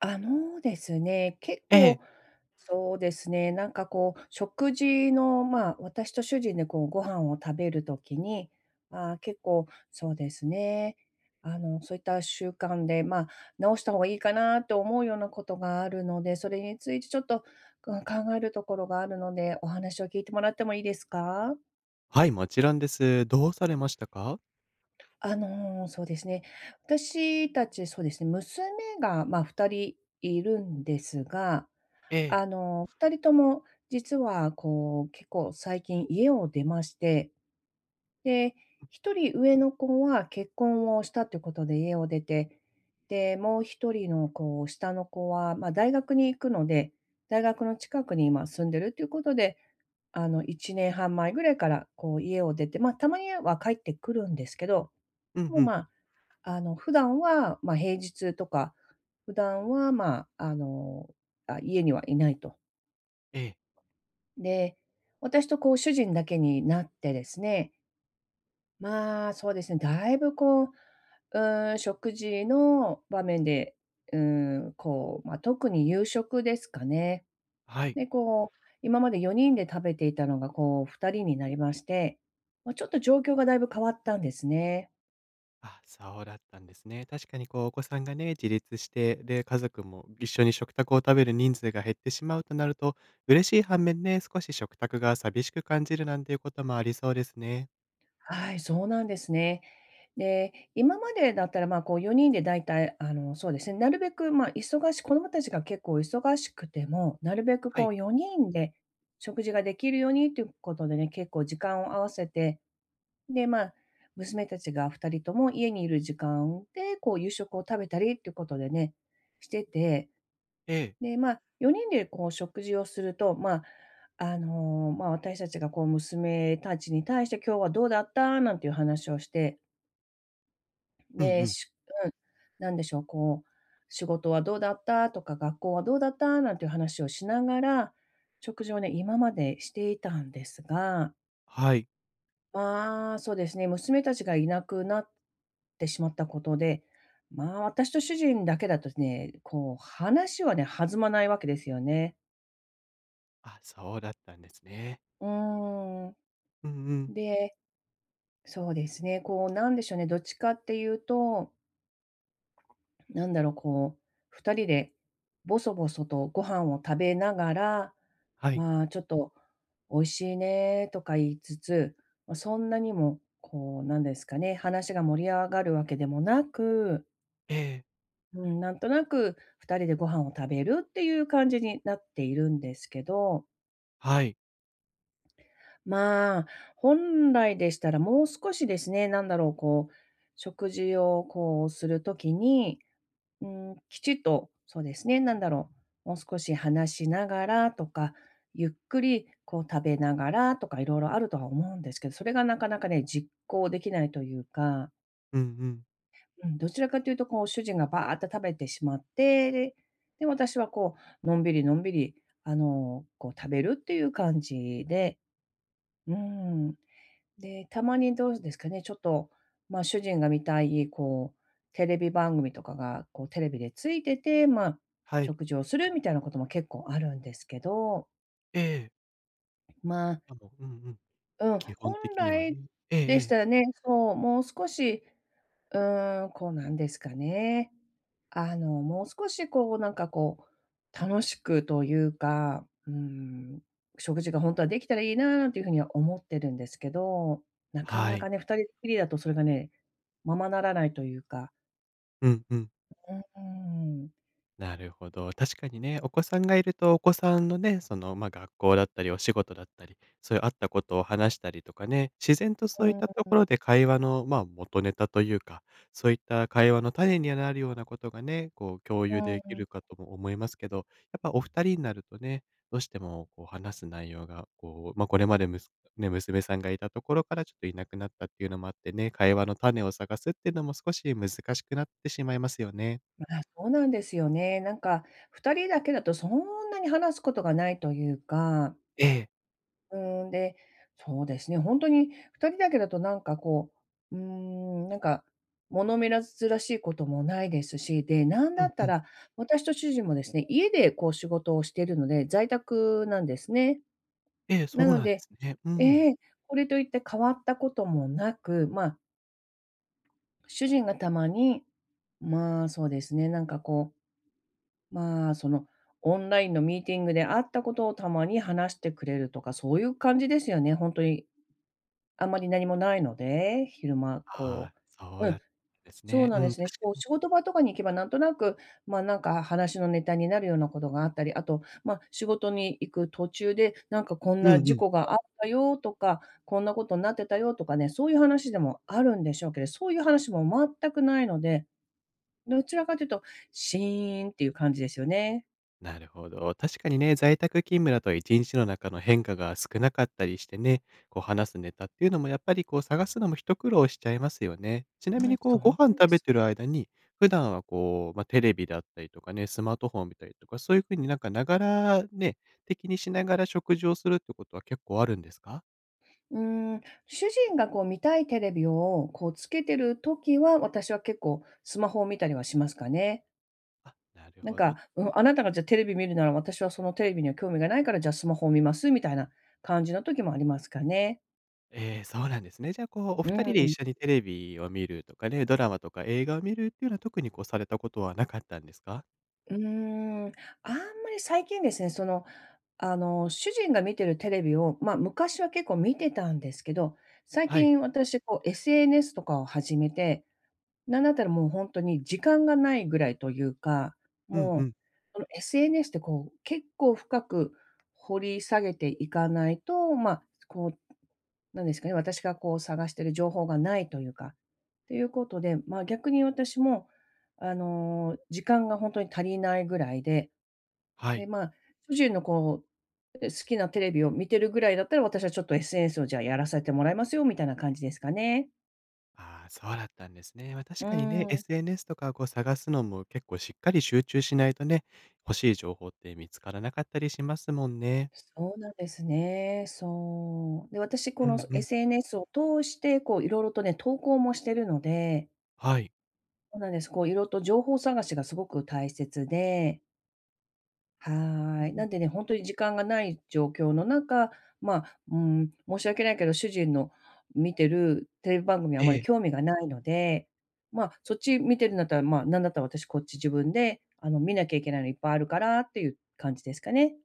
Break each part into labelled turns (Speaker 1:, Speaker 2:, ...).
Speaker 1: あのですね、結
Speaker 2: ええ。
Speaker 1: 構、そうですね、なんかこう、食事の、まあ、私と主人でこうご飯を食べるときに、まあー結構そうですね、あの、そういった習慣で、まあ、直した方がいいかなと思うようなことがあるので、それについてちょっと、うん、考えるところがあるので、お話を聞いてもらってもいいですか？
Speaker 2: はい、もちろんです。どうされましたか？
Speaker 1: あの、そうですね、私たち、娘が、まあ、2人いるんですが、
Speaker 2: ええ。
Speaker 1: 2人とも実はこう、結構最近家を出まして。で、1人上の子は結婚をしたってことで家を出て、で、もう1人のこう、下の子は、ま、大学に行くので、大学の近くに今住んでるっていうことで、1年半前ぐらいからこう家を出て、ま、たまには帰ってくるんですけど、
Speaker 2: うん
Speaker 1: もう、
Speaker 2: うん。
Speaker 1: ま、あの、普段は、ま、平日とか、普段は、ま、あの、あ、家にはいないと。
Speaker 2: ええ、
Speaker 1: で、私とこう主人だけになってですね、まあ、そうですね、だいぶこう、食事の場面で、まあ、特に夕食ですかね。
Speaker 2: はい。
Speaker 1: で、こう、今まで4人で食べていたのが、こう、2人になりまして、まあ、ちょっと状況がだいぶ変わったんですね。
Speaker 2: あ、そうだったんですね。確かにこう、お子さんがね、自立して、で、家族も一緒に食卓を食べる人数が減ってしまうとなると、嬉しい反面ね、少し食卓が寂しく感じるなんていうこともありそうですね。
Speaker 1: はい、そうなんですね。で、今までだったら、まあ、こう4人で大体、あの、そうですね、なるべく、子供たちが結構忙しくても、なるべく
Speaker 2: は
Speaker 1: こ
Speaker 2: い、
Speaker 1: う4人で食事ができるようにということでね、結構時間を合わせて、で、まあ、娘たちが2人とも家にいる時間で、こう夕食を食べたりっていうことでね、してて。
Speaker 2: ええ。
Speaker 1: で、まあ、4人でこう食事をすると、まあ、私たちがこう娘たちに対して、「今日はどうだった？」なんていう話をして、
Speaker 2: うんう
Speaker 1: で、
Speaker 2: ん。
Speaker 1: しうん、なんでしょう、こう、「仕事はどうだった？」とか、「学校はどうだった？」なんていう話をしながら、食事をね、今までしていたんですが、
Speaker 2: はい。
Speaker 1: まあ、そうですね、娘たちがいなくなってしまったことで、まあ、私と主人だけだとね、こう話はね、弾まないわけですよね。
Speaker 2: あ、そうだったんですね。
Speaker 1: うーん。
Speaker 2: うんうん。
Speaker 1: で、そうですね、こう、なんでしょうね、どっちかっていうと、なんだろう、こ2人でボソボソとご飯を食べながら、
Speaker 2: はい。
Speaker 1: まあ、ちょっと「美味しいね」とか言いつつ、ま、そんなにも、こう、なんですかね、話が盛り上がるわけでもなく、
Speaker 2: ええ、
Speaker 1: うん、なんとなく2人でご飯を食べるっていう感じになっているんですけど、
Speaker 2: はい。
Speaker 1: まあ、本来でしたらもう少しですね、なんだろう、こう、食事をこうするときに、うきちっと、そうですね、なんだろう、もう少し話しながらとか、ゆっくりこう食べながらとかいろいろあるとは思うんですけど、それがなかなかね、実行できないというか、
Speaker 2: うんうん。
Speaker 1: うん、どちらかというと、こう、主人がバーっと食べてしまって、で、私はのんびりのんびり、あの、こう食べるっていう感じで。うん、で、たまにどうですかね、ちょっと、まあ、主人が見たい、こう、テレビ番組とかが、こう、テレビでついてて、まあ、
Speaker 2: はい。
Speaker 1: 食事をするみたいなことも結構あるんですけど、
Speaker 2: ええ。
Speaker 1: まあ、
Speaker 2: でも、うんうん。
Speaker 1: うん、
Speaker 2: 基本
Speaker 1: 本
Speaker 2: 的には
Speaker 1: 来
Speaker 2: ね。えええ
Speaker 1: でし
Speaker 2: え。
Speaker 1: たらね、そう、もう少しこうなんですかね。あの、もう少しこう、楽しくというか、食事が本当はできたらいいななんていうふうには思ってるんですけど、なか
Speaker 2: は
Speaker 1: な
Speaker 2: い。
Speaker 1: かね、2人っきりだとそれがね、ままならないというか。
Speaker 2: うんうん。
Speaker 1: うーん。
Speaker 2: なるほど。確かにね、お子さんがいると、お子さんのね、その、まあ、学校だったり、お仕事だったり、そういうあったことを話したりとかね、自然と
Speaker 1: う
Speaker 2: そういっ
Speaker 1: ん、
Speaker 2: た
Speaker 1: う
Speaker 2: ところで会話の、まあ、元ネタというか、そういった会話の種になるようなことがね、こう共有できる
Speaker 1: ん。
Speaker 2: かとも思いますけど、やっぱお二人になるとね、どうしてもこう話す内容が、こう、まあ、これまでむすね、娘さんがいたところからちょっといなくなったっていうのもあってね、会話の種を探すっていうのも少し難しくなってしまいますよね。
Speaker 1: まあ、そうなんですよね。なんか2人だけだとそんなに話すことがないというか、
Speaker 2: ええ。
Speaker 1: で、そうですね、本当に2人だけだとう、うーなんか物珍しいこともないですし、で、なん
Speaker 2: う
Speaker 1: だ
Speaker 2: ん
Speaker 1: っ
Speaker 2: う
Speaker 1: た
Speaker 2: ん。
Speaker 1: ら、私と主人もですね、家でこう仕事をしているので、在宅なんですね。
Speaker 2: ええ、そ
Speaker 1: な
Speaker 2: う
Speaker 1: の
Speaker 2: なんで
Speaker 1: で、
Speaker 2: すね。うん。
Speaker 1: ええ、これといって変わったこともなく、まあ、主人がたまに、まあ、そうですね、なんかこう、まあ、その、オンラインのミーティングであったことをたまに話してくれるとか、そういう感じですよね、本当に。あまり何もないので、昼間こ
Speaker 2: ああ、そ
Speaker 1: う
Speaker 2: う
Speaker 1: う
Speaker 2: だ
Speaker 1: ん、
Speaker 2: ったんです
Speaker 1: そう
Speaker 2: ね。
Speaker 1: な
Speaker 2: う
Speaker 1: んで
Speaker 2: ん、
Speaker 1: すね。
Speaker 2: 確か
Speaker 1: こう
Speaker 2: に。
Speaker 1: 仕事場とかに行けばなんとなく、ま、なんか話のネタになるようなことがあったり、あと、ま、仕事に行く途中で、なんかこん
Speaker 2: う
Speaker 1: な
Speaker 2: んう
Speaker 1: 事
Speaker 2: ん。
Speaker 1: 故があったよとか、こんなことになってたよとかね、そういう話でもあるんでしょうけど、そういう話も全くないので、どちらかというと、シーンっていう感じですよね。
Speaker 2: なるほど。確かにね、在宅勤務だと一日の中の変化が少なかったりしてね、こう話すネタっていうのもやっぱりこう探すのも一苦労しちゃいますよね。ちなみ
Speaker 1: う
Speaker 2: に
Speaker 1: ん、
Speaker 2: こう
Speaker 1: そう
Speaker 2: ご
Speaker 1: なんで
Speaker 2: 飯食べ
Speaker 1: す。
Speaker 2: てる間に、普段はこう、まあ、テレビだったりとかね、スマートフォン見たりとか、そういう風になんかながらね、的にしながら食事をするってことは結構あるんですか？
Speaker 1: うーん、主人がこう見たいテレビをこうつけてる時は、私は結構スマホを見たりはしますかね。
Speaker 2: あ、なる
Speaker 1: なん
Speaker 2: ほど。
Speaker 1: か、うん、あなたがじゃあテレビ見るなら私はそのテレビには興味がないから、じゃあスマホを見ますみたいな感じの時もありますかね。
Speaker 2: ええ、そうなんですね。じゃあ、こう、お
Speaker 1: う
Speaker 2: 二人で一
Speaker 1: ん。
Speaker 2: 緒にテレビを見るとかね、ドラマとか映画を見るっていうのは特にこう、されたことはなかったんですか？
Speaker 1: うーん、あんまり最近ですね、その、あの、主人が見てるテレビを、まあ、昔は結構見てたんですけど、最
Speaker 2: はい。
Speaker 1: 近私こう SNS とかを始めて、なんだったらもう本当に時間がないぐらいというか。
Speaker 2: うんう
Speaker 1: もう、
Speaker 2: ん。
Speaker 1: その SNS ってこう、結構深く掘り下げていかないと、まあ、こう、なんですかね、私がこう探してる情報がないというか、ということで、まあ、逆に私も、あの、時間が本当に足りないぐらいで、
Speaker 2: は
Speaker 1: で、
Speaker 2: い。
Speaker 1: まあ、主人のこう、え、好きなテレビを見てるぐらいだったら、私はちょっと SNS をじゃあやらせてもらいますよみたいな感じですかね。
Speaker 2: ああ、そうだったんですね。確
Speaker 1: う
Speaker 2: かにね、
Speaker 1: ーん。
Speaker 2: SNS とかこう探すのも結構しっかり集中しないとね、欲しい情報って見つからなかったりしますもんね。
Speaker 1: そうなんですね。そう。で、私こ
Speaker 2: う
Speaker 1: の
Speaker 2: んうん。
Speaker 1: SNS を通して、こういろいろとね、投稿もしてるので、
Speaker 2: はい。
Speaker 1: そうなんです。こういろいろと情報探しがすごく大切で、
Speaker 2: うん
Speaker 1: はい。
Speaker 2: う
Speaker 1: なん
Speaker 2: ん。
Speaker 1: でね、本当に時間がない状況の中、まあ、うん、申し訳ないけど、主人の見てるテレビ番組はあ
Speaker 2: え
Speaker 1: まり
Speaker 2: え。
Speaker 1: 興味がないので、まあ、そっち見てるんだったら、まあ、なんだったら私こっち自分で、あの、見なきゃいけないのいっぱいあるからっていう感じですかね。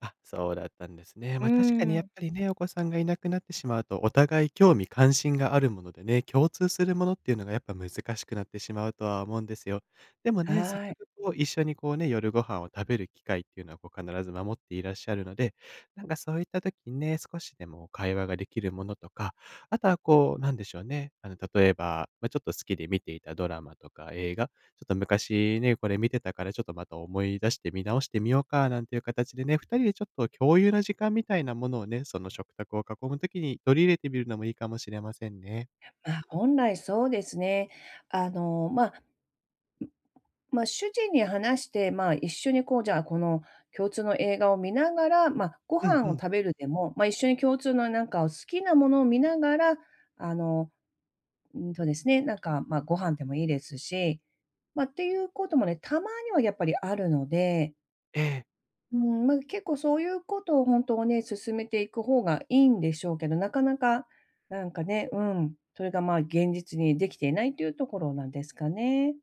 Speaker 2: あ、そうだったんですね。
Speaker 1: う
Speaker 2: ま、確かにやっ
Speaker 1: ん。
Speaker 2: ぱりね、お子さんがいなくなってしまうと、お互い興味関心があるものでね、共通するものっていうのがやっぱ難しくなってしまうとは思うんですよ。でもね、せっ
Speaker 1: は
Speaker 2: か
Speaker 1: い。
Speaker 2: くこう一緒にこうね、夜ご飯を食べる機会っていうのはこう必ず守っていらっしゃるので、なんかそういった時にね、少しでも会話ができるものとか、あとはこうなんでしょうね、あの例えば、まあ、ちょっと好きで見ていたドラマとか映画ちょっと昔ね、これ見てたからちょっとまた思い出して見直してみようかなんていう形でね、2人でちょっと共有の時間みたいなものをね、その食卓を囲む時に取り入れてみるのもいいかもしれませんね。
Speaker 1: まあ、本来そうですね。あの、まあ、まあ、主人に話して、まあ、一緒にこう、じゃあ、この共通の映画を見ながら、まあ、ご
Speaker 2: うん
Speaker 1: 飯
Speaker 2: う
Speaker 1: を
Speaker 2: ん。
Speaker 1: 食べるでも、まあ、一緒に共通のなんか好きなものを見ながら、あの、うんとですね、なんか、まあ、ご飯でもいいですし、まあ、っていうこともね、たまにはやっぱりあるので、
Speaker 2: ええ。
Speaker 1: うん、まあ、結構そういうことを本当とね、進めていく方がいいんでしょうけど、なかなか、なんかね、うん、それが、まあ、現実にできていないというところなんですかね。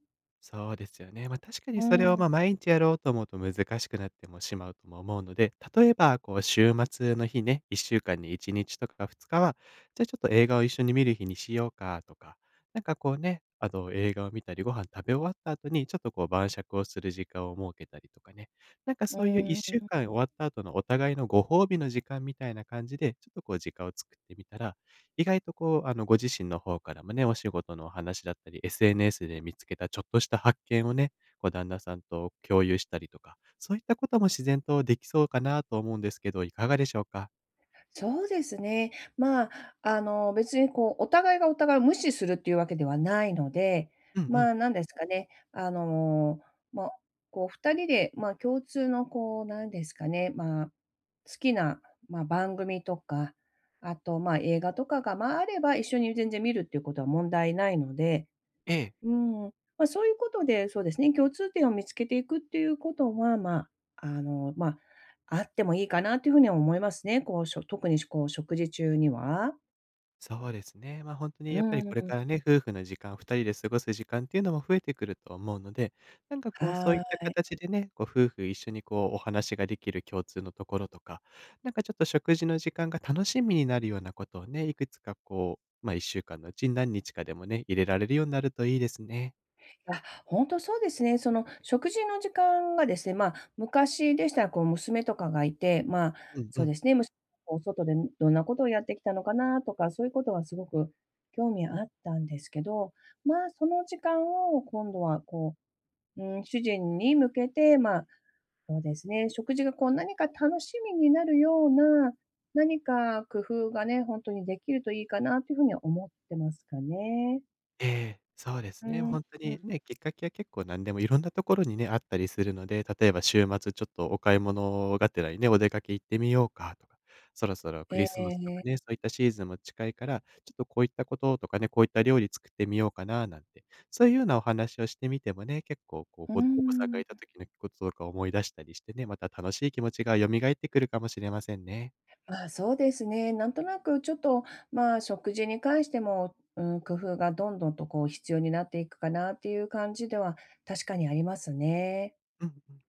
Speaker 2: そうですよね。ま、確かに
Speaker 1: う
Speaker 2: それを、
Speaker 1: ん、う
Speaker 2: ま、毎日やろうと思うと難しくなってもしまうとも思うので、例えば、こう、週末の日ね、1週間に1日とか2日は、じゃあ、ちょっと映画を一緒に見る日にしようかとか、なんか、こうね、あの、映画を見たり、ご飯食べ終わった後に、ちょっと、こう、晩酌をする時間を設けたりとかね、なんか、そういう1
Speaker 1: ん。
Speaker 2: 週間終わった後のお互いのご褒美の時間みたいな感じで、ちょっと、こう、時間を作ってみたら、意外とこう、あの、ご自身の方からもね、お仕事のお話だったり、SNS で見つけたちょっとした発見をね、こう旦那さんと共有したりとか、そういったことも自然とできそうかなと思うんですけど、いかがでしょうか？
Speaker 1: そうですね。まあ、あの、別にこう、お互いがお互いを無視するっていうわけではないので、
Speaker 2: うんうん。
Speaker 1: まあ、なんですかね、まあ、こう2人で、まあ、共通のこう、なんですかね、まあ、好きな、まあ、番組とか、あと、まあ、映画とかが、まあ、あれば一緒に全然見るっていうことは問題ないので。
Speaker 2: ええ。
Speaker 1: うん。まあ、そういうことで、そうですね、共通点を見つけていくっていうことは、まあ、あってもいいかなというふうには思いますね。こう、特にこう食事中には。
Speaker 2: そうですね。本当に
Speaker 1: う
Speaker 2: やっぱりこれ
Speaker 1: ん、
Speaker 2: からね、夫婦の時間、2人で過ごす時間っていうのも増えてくると思うので、なんかこう、そういっ
Speaker 1: は
Speaker 2: た
Speaker 1: ーい。
Speaker 2: 形でね、こう夫婦一緒にこうお話ができる共通のところとか、なんかちょっと食事の時間が楽しみになるようなことをね、いくつかこう、1週間のうちに何日かでもね、入れられるようになるといいですね。
Speaker 1: あ、本当そうですね。その食事の時間がですね、まあ、昔でしたらこう娘とかがいて、まあ、
Speaker 2: うんう
Speaker 1: そう
Speaker 2: ん。
Speaker 1: ですね、お外でどんなことをやってきたのかなとか、そういうことはすごく興味あったんですけど、まあ、その時間を今度はこう、うん、主人に向けて、まあ、そうですね、食事がこう何か楽しみになるような、何か工夫がね、ほんとにできるといいかなというふうには思ってますかね。
Speaker 2: ええ、そうです
Speaker 1: う
Speaker 2: ね。
Speaker 1: ん、
Speaker 2: ほんと
Speaker 1: うん、
Speaker 2: にね、きっかけは結構何でもいろんなところにね、あったりするので、例えば週末ちょっとお買い物がてらにね、お出かけ行ってみようかとか、そろそろク
Speaker 1: え
Speaker 2: リス
Speaker 1: え
Speaker 2: マスと
Speaker 1: え
Speaker 2: かね、
Speaker 1: え。
Speaker 2: そういったシーズンも近いから、ちょっとこういったこととかね、こういった料理作ってみようかななんて、そういうようなお話をしてみてもね、結構こう、
Speaker 1: うー
Speaker 2: お子さんがいた
Speaker 1: ん。
Speaker 2: 時のこととか思い出したりしてね、また楽しい気持ちが蘇ってくるかもしれませんね。
Speaker 1: まあ、そうですね、なんとなくちょっと、まあ、食事に関しても、うん、工夫がどんどんとこう必要になっていくかなっていう感じでは確かにありますね。
Speaker 2: うんうん。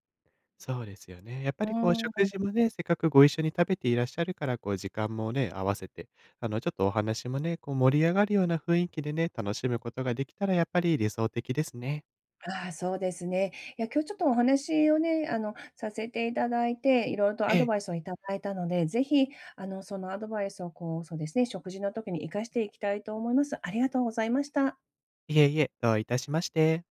Speaker 2: そうですよね。やっぱ
Speaker 1: う
Speaker 2: りこう
Speaker 1: ー
Speaker 2: 食
Speaker 1: ん。
Speaker 2: 事もね、せっかくご一緒に食べていらっしゃるから、こう時間もね、合わせて、あのちょっとお話もね、こう盛り上がるような雰囲気でね、楽しむことができたらやっぱり理想的ですね。
Speaker 1: ああ、そうですね。いや、今日ちょっとお話をね、あの、させていただいて、いろいろと
Speaker 2: え
Speaker 1: アド
Speaker 2: え、
Speaker 1: バイスをいただいたので、ぜひ、あの、そのアドバイスをこう、そうですね、食事の時に活かしていきたいと思います。ありがとうございました。
Speaker 2: いえいえ、どういたしまして。